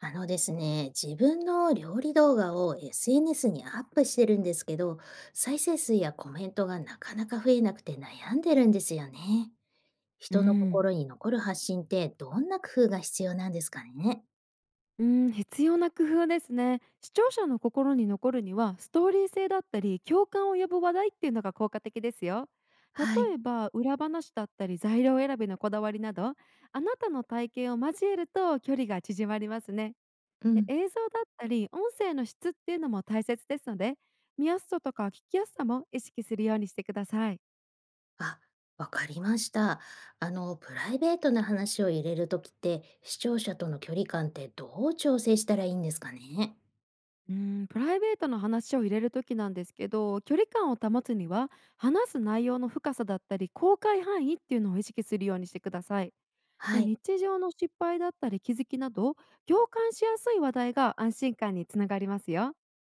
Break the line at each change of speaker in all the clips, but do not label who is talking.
あのですね、自分の料理動画を SNS にアップしてるんですけど、再生数やコメントがなかなか増えなくて悩んでるんですよね。
う
人の
ん、
心に残る発信ってどんな工夫が必要なんですかね。
うん、必要な工夫ですね。視聴者の心に残るには、ストーリー性だったり共感を呼ぶ話題っていうのが効果的ですよ。例
はい。
えば裏話だったり材料選びのこだわりなど、あなたの体験を交えると距離が縮まりますね。
う
で、
ん。
映像だったり音声の質っていうのも大切ですので、見やすさとか聞きやすさも意識するようにしてください。
あ、わかりました。あの、プライベートな話を入れるときって、視聴者との距離感ってどう調整したらいいんですかね。
うん、プライベートの話を入れる時なんですけど、距離感を保つには、話す内容の深さだったり、公開範囲っていうのを意識するようにしてください。
は
で、
い。
日常の失敗だったり気づきなど、共感しやすい話題が安心感につながりますよ。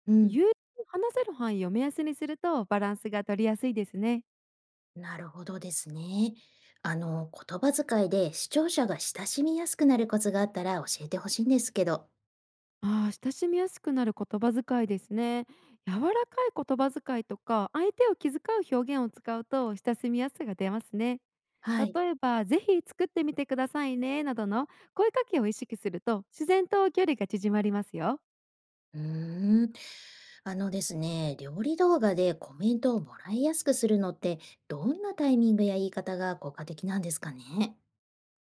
うん。
友人と話せる範囲を目安にするとバランスが取りやすいですね。
なるほどですね。あの、言葉遣いで視聴者が親しみやすくなるコツがあったら教えてほしいんですけど。
ああ、親しみやすくなる言葉遣いですね。柔らかい言葉遣いとか、相手を気遣う表現を使うと親しみやすさが出ますね。
はい。
例えば「ぜひ作ってみてくださいね」などの声かけを意識すると、自然と距離が縮まりますよ。
うーん。あのですね、料理動画でコメントをもらいやすくするのって、どんなタイミングや言い方が効果的なんですかね。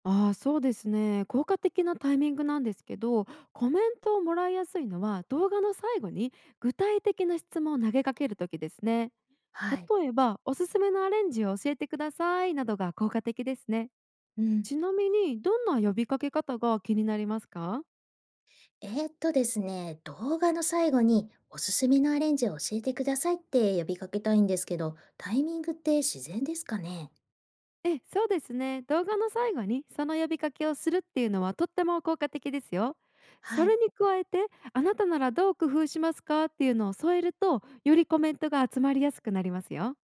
ああ、そうですね。効果的なタイミングなんですけど、コメントをもらいやすいのは動画の最後に具体的な質問を投げかける時ですね。
はい。
例えば「おすすめのアレンジを教えてください」などが効果的ですね。
うん。
ちなみに、どんな呼びかけ方が気になりますか？
ですね、動画の最後におすすめのアレンジを教えてくださいって呼びかけたいんですけど、タイミングって自然ですかね。
ええ、そうですね。動画の最後にその呼びかけをするっていうのはとっても効果的ですよ。
は
そ
い。
れに加えて、「あなたならどう工夫しますか」っていうのを添えると、よりコメントが集まりやすくなりますよ。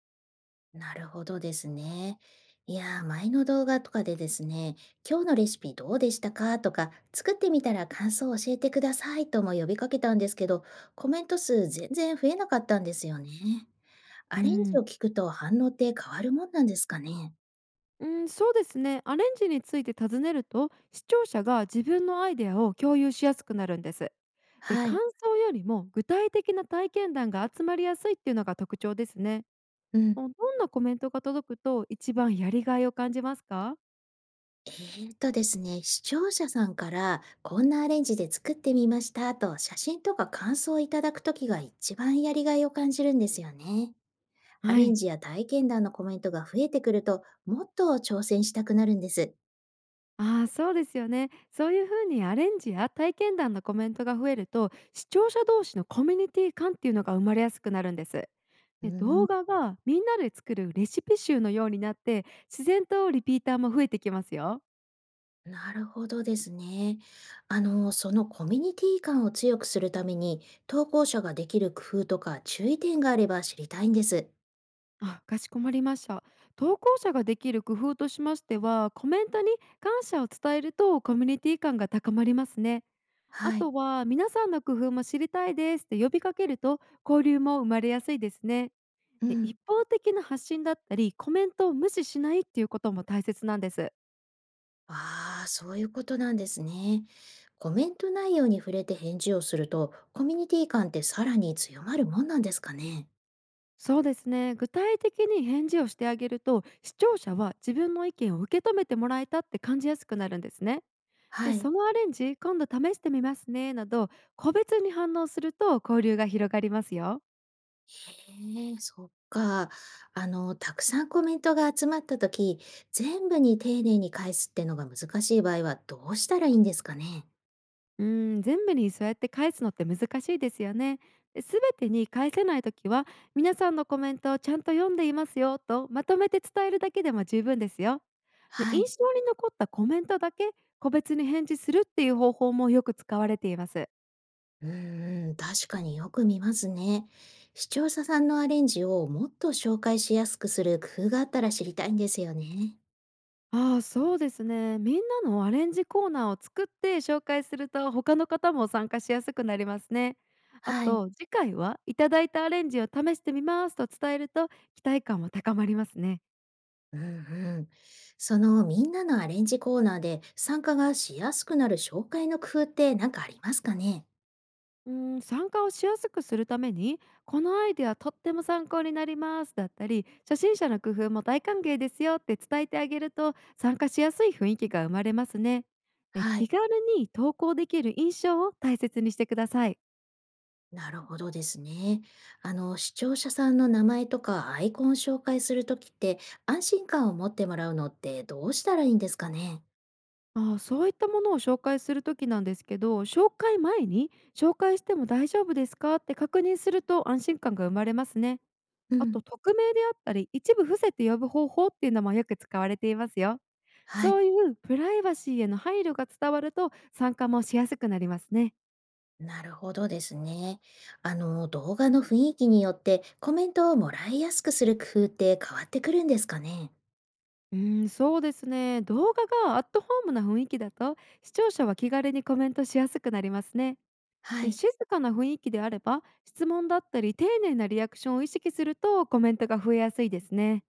なるほどですね。いやー、前の動画とかでですね、今日のレシピどうでしたかとか、作ってみたら感想を教えてくださいとも呼びかけたんですけど、コメント数全然増えなかったんですよね。
う
アレンジ
ん、
を聞くと反応って変わるもんなんですかね。
うん、そうですね。アレンジについて尋ねると、視聴者が自分のアイデアを共有しやすくなるんです。で、
は
感
い。
想よりも具体的な体験談が集まりやすいっていうのが特徴ですね。
うん。
もう、どんなコメントが届くと一番やりがいを感じますか？
ですね、視聴者さんからこんなアレンジで作ってみましたと写真とか感想をいただくときが一番やりがいを感じるんですよね。ア
は
レン
い。
ジや体験談のコメントが増えてくると、もっと挑戦したくなるんです。
ああ、そうですよね。そういう風にアレンジや体験談のコメントが増えると、視聴者同士のコミュニティ感っていうのが生まれやすくなるんです。
うー
で、
ん、
動画がみんなで作るレシピ集のようになって、自然とリピーターも増えてきますよ。
なるほどですね。あの、そのコミュニティ感を強くするために、投稿者ができる工夫とか注意点があれば知りたいんです。
あ、かしこまりました。投稿者ができる工夫としましては、コメントに感謝を伝えるとコミュニティ感が高まりますね。あ
はい。
とは「皆さんの工夫も知りたいです」って呼びかけると、交流も生まれやすいですね。
う
で、一
ん。
方的な発信だったり、コメントを無視しないっていうことも大切なんです。
ああ、そういうことなんですね。コメント内容に触れて返事をすると、コミュニティ感ってさらに強まるもんなんですかね。
そうですね。具体的に返事をしてあげると、視聴者は自分の意見を受け止めてもらえたって感じやすくなるんですね。で、「
はい。
そのアレンジ、今度試してみますね」など、個別に反応すると交流が広がりますよ。
へえ、そっか。あの、たくさんコメントが集まった時、全部に丁寧に返すってのが難しい場合はどうしたらいいんですかね？
うーん、全部にそうやって返すのって難しいですよね。すべてに返せないときは、「皆さんのコメントをちゃんと読んでいますよ」とまとめて伝えるだけでも十分ですよ。で、
は
印
い。
象に残ったコメントだけ個別に返事するっていう方法もよく使われています。
うんうん、確かによく見ますね。視聴者さんのアレンジをもっと紹介しやすくする工夫があったら知りたいんですよね。
ああ、そうですね。みんなのアレンジコーナーを作って紹介すると、他の方も参加しやすくなりますね。あ
はい。
と「次回はいただいたアレンジを試してみます」と伝えると、期待感も高まりますね。
うんうん。そのみんなのアレンジコーナーで参加がしやすくなる紹介の工夫って何かありますかね？
うーん、参加をしやすくするために、「このアイデアとっても参考になります」だったり「初心者の工夫も大歓迎ですよ」って伝えてあげると、参加しやすい雰囲気が生まれますね。で、
は
気
い。
軽に投稿できる印象を大切にしてください。
なるほどですね。あの、視聴者さんの名前とかアイコンを紹介するときって、安心感を持ってもらうのってどうしたらいいんですかね。
ああ、そういったものを紹介する時なんですけど、紹介前に「紹介しても大丈夫ですか？」って確認すると安心感が生まれますね。
う
あ
ん、
と匿名であったり一部伏せて呼ぶ方法っていうのもよく使われていますよ。
は
そ
い。
ういうプライバシーへの配慮が伝わると参加もしやすくなりますね。
なるほどですね。あの、動画の雰囲気によってコメントをもらいやすくする工夫って変わってくるんですかね。
うん、そうですね。動画がアットホームな雰囲気だと、視聴者は気軽にコメントしやすくなりますね。
は
で、
い。
静かな雰囲気であれば質問だったり丁寧なリアクションを意識するとコメントが増えやすいですね。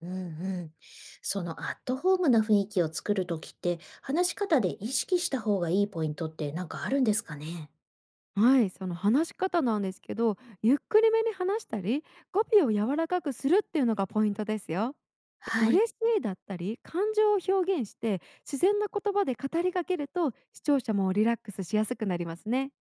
うんうん。そのアットホームな雰囲気を作るときって、話し方で意識した方がいいポイントってなんかあるんですかね。
はい、その話し方なんですけど、ゆっくりめに話したり、語尾を柔らかくするっていうのがポイントですよ。
はい。
嬉しいだったり、感情を表現して自然な言葉で語りかけると、視聴者もリラックスしやすくなりますね。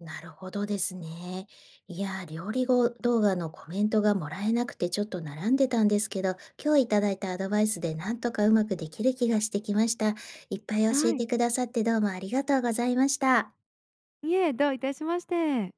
なるほどですね。いやー、料理後動画のコメントがもらえなくてちょっと並んでたんですけど、今日いただいたアドバイスでなんとかうまくできる気がしてきました。いっぱい教え
はい、
てくださってどうもありがとうございました。
いえ、どういたしまして。